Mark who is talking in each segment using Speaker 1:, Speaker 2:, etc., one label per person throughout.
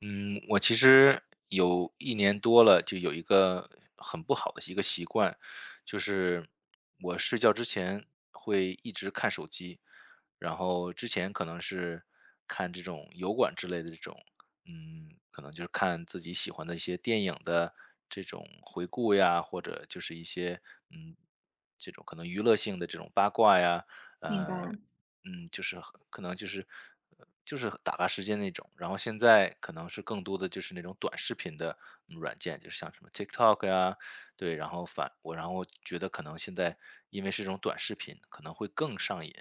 Speaker 1: 嗯，我其实有一年多了，就有一个很不好的一个习惯，就是我睡觉之前会一直看手机。然后之前可能是看这种油管之类的这种，可能就是看自己喜欢的一些电影的这种回顾呀，或者就是一些，嗯，这种可能娱乐性的这种八卦呀，
Speaker 2: 明
Speaker 1: 呃
Speaker 2: 白。
Speaker 1: 嗯，就是很可能就是，就是打发时间那种。然后现在可能是更多的就是那种短视频的软件，就是像什么 TikTok 呀，对，然后反我然后我觉得可能现在因为是这种短视频，可能会更上瘾，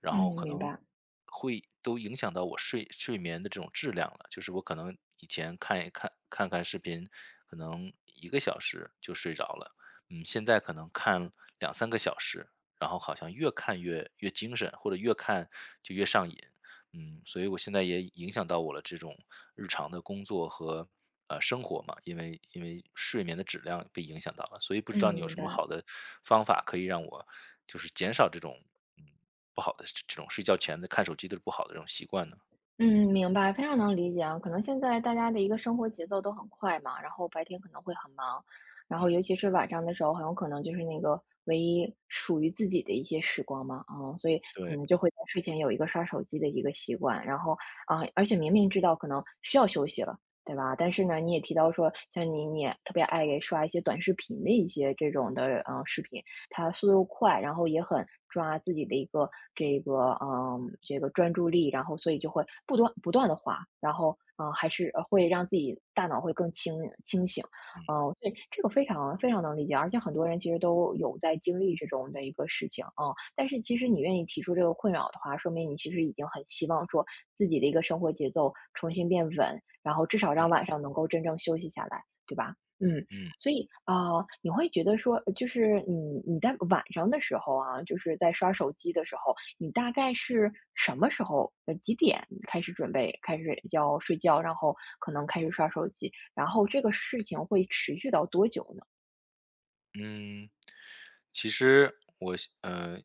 Speaker 1: 然后
Speaker 2: 嗯，
Speaker 1: 可
Speaker 2: 明
Speaker 1: 能
Speaker 2: 白。
Speaker 1: 会都影响到我睡眠的这种质量了。就是我可能以前看视频，可能1个小时就睡着了。嗯，现在可能看2、3个小时，然后好像越看越精神，或者越看就越上瘾。嗯，所以我现在也影响到我了这种日常的工作和生活嘛，因为因为睡眠的质量被影响到了，所以不知
Speaker 2: 嗯，
Speaker 1: 道你有
Speaker 2: 明
Speaker 1: 什么
Speaker 2: 白。
Speaker 1: 好的方法可以让我就是减少这种嗯不好的这种睡觉前的看手机的不好的这种习惯呢？
Speaker 2: 嗯，明白，非常能理解啊。可能现在大家的一个生活节奏都很快嘛，然后白天可能会很忙，然后
Speaker 1: 嗯，
Speaker 2: 尤其是晚上的时候，很有可能就是那个唯一属于自己的一些时光嘛，所以可
Speaker 1: 对，
Speaker 2: 能就会在睡前有一个刷手机的一个习惯，然后而且明明知道可能需要休息了，对吧？但是呢，你也提到说，像你也特别爱给刷一些短视频的一些这种的，视频。他速度快，然后也很抓自己的一个这个专注力，然后所以就会不断的滑，然后嗯、呃还是呃会让自己大脑会更清醒，
Speaker 1: 嗯
Speaker 2: 对，这个非常能理解，而且很多人其实都有在经历这种的一个事情。嗯，但是其实你愿意提出这个困扰的话，说明你其实已经很希望说自己的一个生活节奏重新变稳，然后至少让晚
Speaker 1: 嗯
Speaker 2: 上能够真正休息下来，对吧？嗯，
Speaker 1: 嗯。
Speaker 2: 所以，你会觉得说，就是你在晚上的时候啊，就是在刷手机的时候，你大概是什么时候，几点开始准备，开始要睡觉，然后可能开始刷手机，然后这个事情会持续到多久呢？
Speaker 1: 嗯，其实我呃，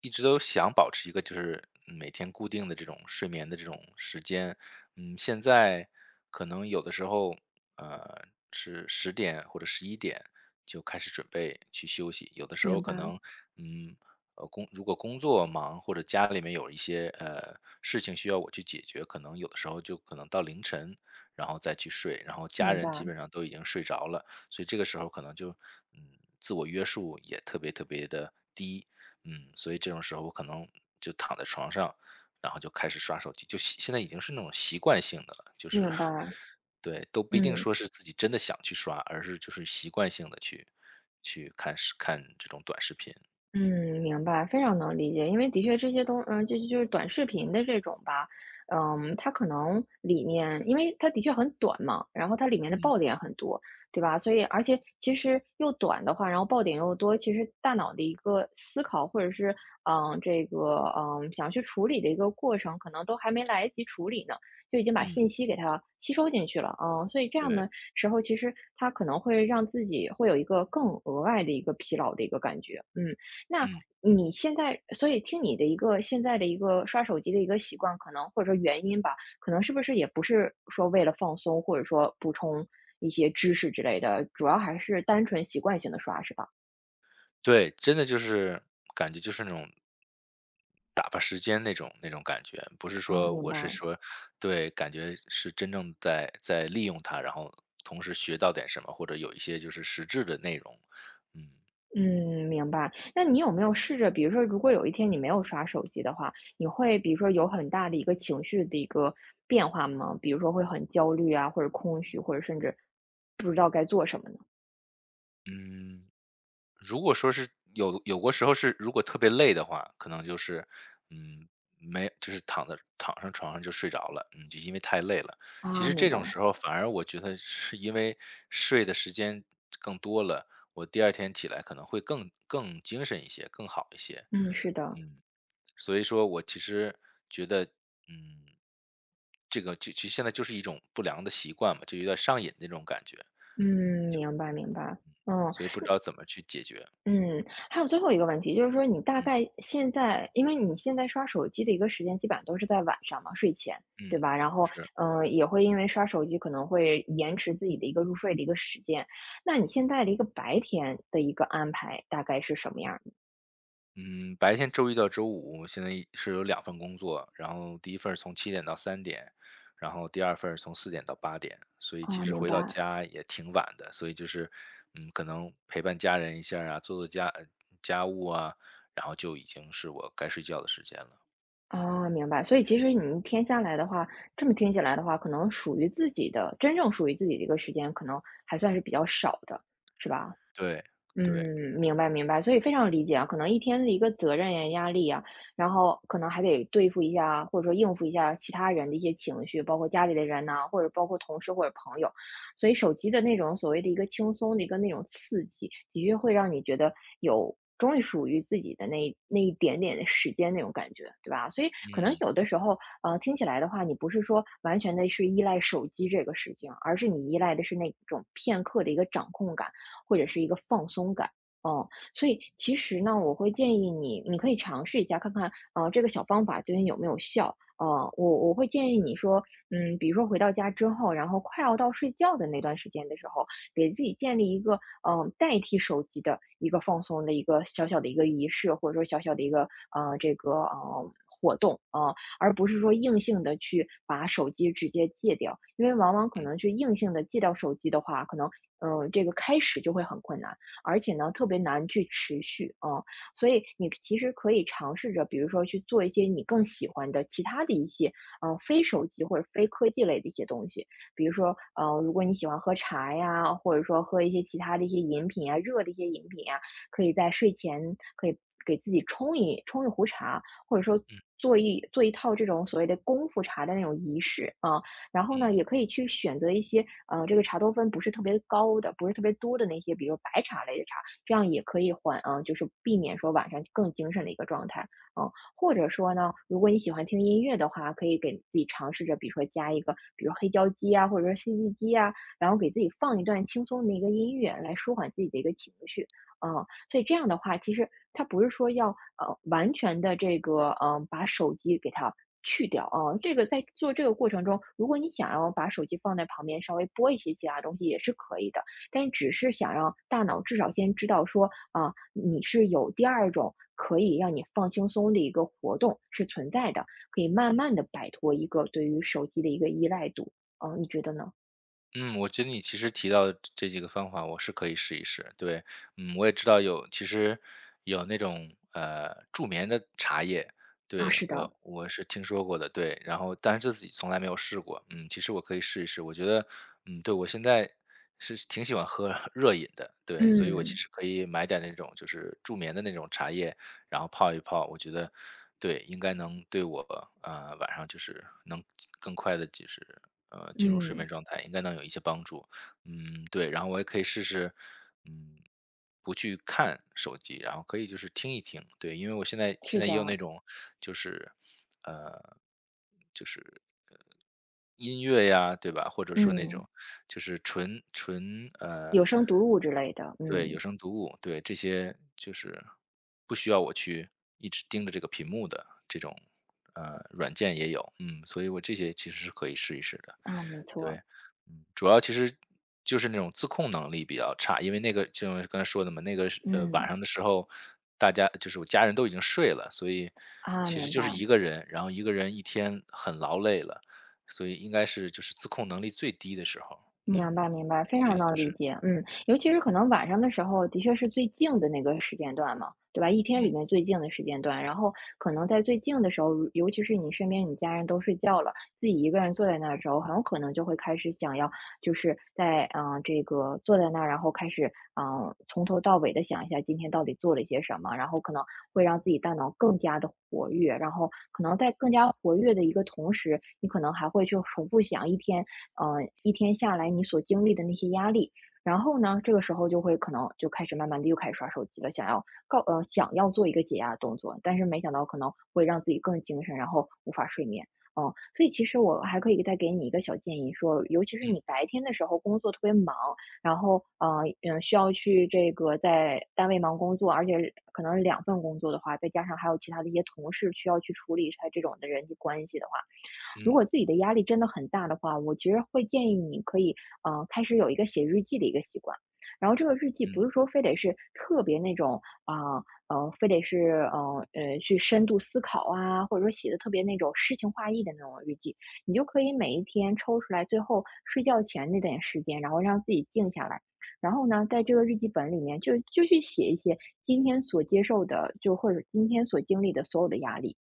Speaker 1: 一直都想保持一个就是每天固定的这种睡眠的这种时间。嗯，现在可能有的时候，呃，是10点或者11点就开始准备去休息，有的时候
Speaker 2: 明
Speaker 1: 可
Speaker 2: 白。
Speaker 1: 能，嗯，如果工作忙或者家里面有一些事情需要我去解决，可能有的时候就可能到凌晨，然后再去睡，然后家
Speaker 2: 明
Speaker 1: 人基
Speaker 2: 白。
Speaker 1: 本上都已经睡着了。所以这个时候可能就自我约束也特别特别的低。嗯，所以这种时候我可能就躺在床上，然后就开始刷手机，现在已经是那种习惯性的了，就是
Speaker 2: 明 白。
Speaker 1: 对，都不一定
Speaker 2: 嗯。
Speaker 1: 说是自己真的想去刷，而是就是习惯性的去去看这种短视频。
Speaker 2: 嗯，明白，非常能理解。因为的确这些这就是短视频的这种吧，嗯，它可能里面因为它的确很短嘛，然后它里面的
Speaker 1: 嗯，
Speaker 2: 爆点很多，对吧？所以而且其实又短的话，然后爆点又多，其实大脑的一个思考或者是，想去处理的一个过程，可能都还没来得及处理呢，就已经把
Speaker 1: 嗯，
Speaker 2: 信息给它吸收进去了。嗯，所以这样
Speaker 1: 对，
Speaker 2: 的时候，其实它可能会让自己会有一个更额外的一个疲劳的一个感觉。嗯。那
Speaker 1: 嗯。
Speaker 2: 你现在所以听你的一个现在的一个刷手机的一个习惯，可能或者说原因吧，可能是不是也不是说为了放松，或者说补充一些知识之类的，主要还是单纯习惯性的刷，是吧？
Speaker 1: 对，真的就是感觉就是那种打发时间那种感觉，不是
Speaker 2: 啊，
Speaker 1: 说
Speaker 2: 明
Speaker 1: 我是
Speaker 2: 白。
Speaker 1: 说对，感觉是真正在利用它，然后同时学到点什么，或者有一些就是实质的内容。嗯。
Speaker 2: 嗯，明白。那你有没有试着，比如说如果有一天你没有刷手机的话，你会比如说有很大的一个情绪的一个变化吗？比如说会很焦虑啊，或者空虚，或者甚至不知道该做什么呢？
Speaker 1: 嗯。如果说是有过时候是如果特别累的话，可能就是，嗯，没就是躺在躺上床上就睡着了，嗯，就因为太累了。其
Speaker 2: 啊，
Speaker 1: 实
Speaker 2: 明
Speaker 1: 这种
Speaker 2: 白。
Speaker 1: 时候反而我觉得是因为睡的时间更多了，我第二天起来可能会更精神一些，更好一些。
Speaker 2: 嗯，是的。
Speaker 1: 嗯，所以说我其实觉得，嗯，这个就其实现在就是一种不良的习惯嘛，就有点上瘾那种感觉。嗯，
Speaker 2: 嗯，
Speaker 1: 就
Speaker 2: 明白明白。嗯。
Speaker 1: 所以不知道怎么去解决。
Speaker 2: 嗯，还有最后一个问题，就是说你大
Speaker 1: 嗯。
Speaker 2: 概现在，因为你现在刷手机的一个时间基本上都是在晚上嘛，睡前，对
Speaker 1: 嗯，
Speaker 2: 吧？然后，
Speaker 1: 是，
Speaker 2: 嗯，也会因为刷手机可能会延迟自己的一个入睡的一个时间。那你现在的一个白天的一个安排大概是什么样儿的？
Speaker 1: 嗯，白天周一到周五现在是有2份工作，然后第一份儿从7点到3点，然后第二份儿从4点到8点，所以
Speaker 2: 啊，
Speaker 1: 其实
Speaker 2: 明
Speaker 1: 回到
Speaker 2: 白。
Speaker 1: 家也挺晚的。所以就是，嗯，可能陪伴家人一下儿啊，做家务啊，然后就已经是我该睡觉的时间了。
Speaker 2: 啊，明白。所以其实你一天下来的话，这么听起来的话，可能属于自己的，真正属于自己的一个时间，可能还算是比较少的，是吧？
Speaker 1: 对，
Speaker 2: 嗯，
Speaker 1: 对，
Speaker 2: 明白明白，所以非常理解啊。可能一天的一个责任呀、压力呀，然后可能还得对付一下，或者说应付一下其他人的一些情绪，包括家里的人呐、或者包括同事或者朋友，所以手机的那种所谓的一个轻松的一个那种刺激，的确会让你觉得有终于属于自己的那一点点的时间那种感觉，对吧？所以可能
Speaker 1: 嗯，
Speaker 2: 有的时候，听起来的话，你不是说完全的是依赖手机这个事情，而是你依赖的是那种片刻的一个掌控感。或者是一个放松感。嗯，所以其实呢，我会建议你，你可以尝试一下，看看，这个小方法对你有没有效。我会建议你说，嗯，比如说回到家之后，然后快要到睡觉的那段时间的时候，给自己建立一个，代替手机的一个放松的一个小小的一个仪式，或者说小小的一个，呃，这个，呃，活动啊、而不是说硬性的去把手机直接戒掉。因为往往可能
Speaker 1: 嗯，
Speaker 2: 去硬性的戒掉手机的话，可能这个开始就会很困难，而且呢，特别难去持续啊。嗯。所以你其实可以尝试着，比如说去做一些你更喜欢的其他的一些，非手机或者非科技类的一些东西。比如说，如果你喜欢喝茶呀，或者说喝一些其他的一些饮品啊，热的一些饮品啊，可以在睡前可以给自己冲一壶茶，或者说
Speaker 1: 嗯，
Speaker 2: 做一套这种所谓的功夫茶的那种仪式啊。然后呢，也
Speaker 1: 嗯。
Speaker 2: 可以去选择一些这个茶多酚不是特别高的，不是特别多的那些，比如白茶类的茶，这样也可以就是避免说晚上更精神的一个状态啊。或者说呢，如果你喜欢听音乐的话，可以给自己尝试着，比如说加一个，比如黑胶机啊，或者说 CD 机啊，然后给自己放一段轻松的一个音乐，来舒缓自己的一个情绪。啊、所以这样的话，其实它不是说要完全的这个把手机给它去掉啊、这个在做这个过程中，如果你想要把手机放在旁边稍微播一些其他东西也是可以的，但只是想让大脑至少先知道说啊、你是有第二种可以让你放轻松的一个活动是存在的，可以慢慢的摆脱一个对于手机的一个依赖度啊、你觉得呢？
Speaker 1: 嗯，我觉得你其实提到的这几个方法，我是可以试一试。对，嗯，我也知道有，其实有那种助眠的茶叶，
Speaker 2: 啊，
Speaker 1: 对
Speaker 2: 是的。
Speaker 1: 我是听说过的，对，然后但是自己从来没有试过。嗯，其实我可以试一试，我觉得，嗯，对我现在是挺喜欢喝 热饮的，对，所以我其
Speaker 2: 嗯。
Speaker 1: 实可以买点那种就是助眠的那种茶叶，然后泡一泡，我觉得对，应该能对我晚上就是能更快的就是进入睡
Speaker 2: 嗯，
Speaker 1: 眠状态，应该能有一些帮助。嗯，对，然后我也可以试试，嗯，不去看手机，然后可以就是听一听，对，因为我现在现
Speaker 2: 是
Speaker 1: 在也有
Speaker 2: 的。
Speaker 1: 那种就是呃就是音乐呀，对吧？或者说那
Speaker 2: 嗯，
Speaker 1: 种就是纯纯呃
Speaker 2: 有声读物之类的。
Speaker 1: 对，有
Speaker 2: 嗯。
Speaker 1: 声读物，对，这些就是不需要我去一直盯着这个屏幕的这种，软件也有，嗯，所以我这些其实是可以试一试的。
Speaker 2: 啊，没
Speaker 1: 对，
Speaker 2: 错。
Speaker 1: 嗯，主要其实就是那种自控能力比较差，因为那个就像刚才说的嘛，那个是晚
Speaker 2: 嗯。
Speaker 1: 上的时候，大家就是我家人都已经睡了，所以
Speaker 2: 啊，
Speaker 1: 其实
Speaker 2: 明
Speaker 1: 就是
Speaker 2: 白。
Speaker 1: 一个人，然后一个人一天很劳累了，所以应该是就是自控能力最低的时候，
Speaker 2: 明
Speaker 1: 嗯，
Speaker 2: 白明白，非
Speaker 1: 所
Speaker 2: 常
Speaker 1: 以就
Speaker 2: 能理
Speaker 1: 是
Speaker 2: 解。嗯，尤其是可能晚上的时候，的确是最静的那个时间段嘛，对吧？一天里
Speaker 1: 嗯
Speaker 2: 面最静的时间段，然后可能在最静的时候，尤其是你身边你家人都睡觉了，自己一个人坐在那儿的时候，很有可能就会开始想要，就是在这个坐在那儿，然后开始从头到尾的想一下今天到底做了些什么，然后可能会让自己大脑更加的活跃，然后可能在更加活跃的一个同时，你可能还会去重复想一天。嗯，一天下来你所经历的那些压力。然后呢，这个时候就会可能就开始慢慢的又开始刷手机了，想要想要做一个解压的动作，但是没想到可能会让自己更精神，然后无法睡眠。嗯，所以其实我还可以再给你一个小建议，说，尤其是你
Speaker 1: 嗯
Speaker 2: 白天的时候工作特别忙，然后需要去这个在单位忙工作，而且可能两份工作的话，再加上还有其他的一些同事需要去处理他这种的人际关系的话。如
Speaker 1: 嗯
Speaker 2: 果自己的压力真的很大的话，我其实会建议你可以，开始有一个写日记的一个习惯。然后这个日记不
Speaker 1: 嗯
Speaker 2: 是说非得是特别那种啊，非得是去深度思考啊，或者说写的特别那种诗情画意的那种日记，你就可以每一天抽出来，最后睡觉前那点时间，然后让自己静下来，然后呢，在这个日记本里面就去写一些今天所接受的，就或者今天所经历的所有的压力。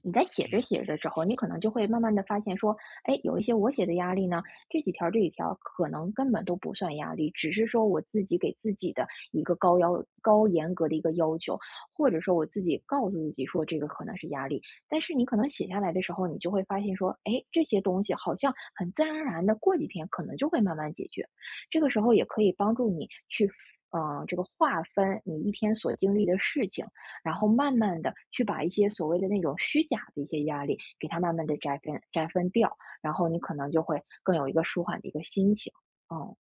Speaker 2: 你在写着
Speaker 1: 嗯。
Speaker 2: 写着的时候，你可能就会慢慢的发现说，哎，有一些我写的压力呢，这几条可能根本都不算压力，只是说我自己给自己的一个高严格的一个要求，或者说我自己告诉自己说这个可能是压力，但是你可能写下来的时候，你就会发现说，哎，这些东西好像很自然而然的过几天可能就会慢慢解决，这个时候也可以帮助你去。嗯，这个划分你一天所经历的事情，然后慢慢的去把一些所谓的那种虚假的一些压力，给它慢慢的摘分掉，然后你可能就会更有一个舒缓的一个心情。嗯。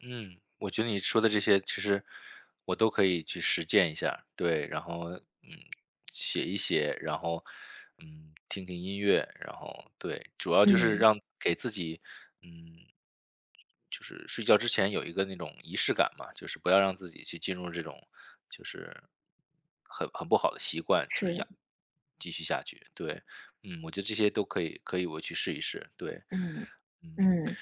Speaker 1: 嗯，我觉得你说的这些，其实我都可以去实践一下。对，然后嗯，写一写，然后嗯，听听音乐，然后对，主要就是
Speaker 2: 嗯，
Speaker 1: 让给自己嗯，就是睡觉之前有一个那种仪式感嘛，就是不要让自己去进入这种就是很不好的习惯，就是
Speaker 2: 是。
Speaker 1: 养继续下去。对，嗯，我觉得这些都可以，可以我去试一试。对，
Speaker 2: 嗯。
Speaker 1: 嗯。
Speaker 2: 嗯。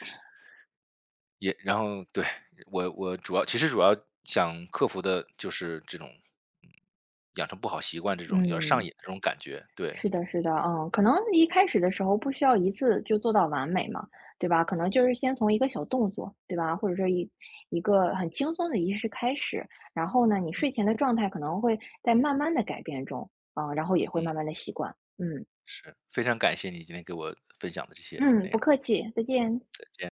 Speaker 1: 也然后对，我主要其实主要想克服的就是这种，嗯，养成不好习惯这种有点上
Speaker 2: 嗯，
Speaker 1: 瘾的这种感觉，对，
Speaker 2: 是的，是的。嗯，可能一开始的时候不需要一次就做到完美嘛，对吧？可能就是先从一个小动作，对吧？或者说一个很轻松的仪式开始，然后呢，你睡前的状态可能会在慢慢的改变中，嗯，然后也会
Speaker 1: 嗯，
Speaker 2: 慢慢的习惯。嗯。
Speaker 1: 是，非常感谢你今天给我分享的这些
Speaker 2: 嗯，
Speaker 1: 内
Speaker 2: 不
Speaker 1: 容，
Speaker 2: 客气，再见。
Speaker 1: 再见。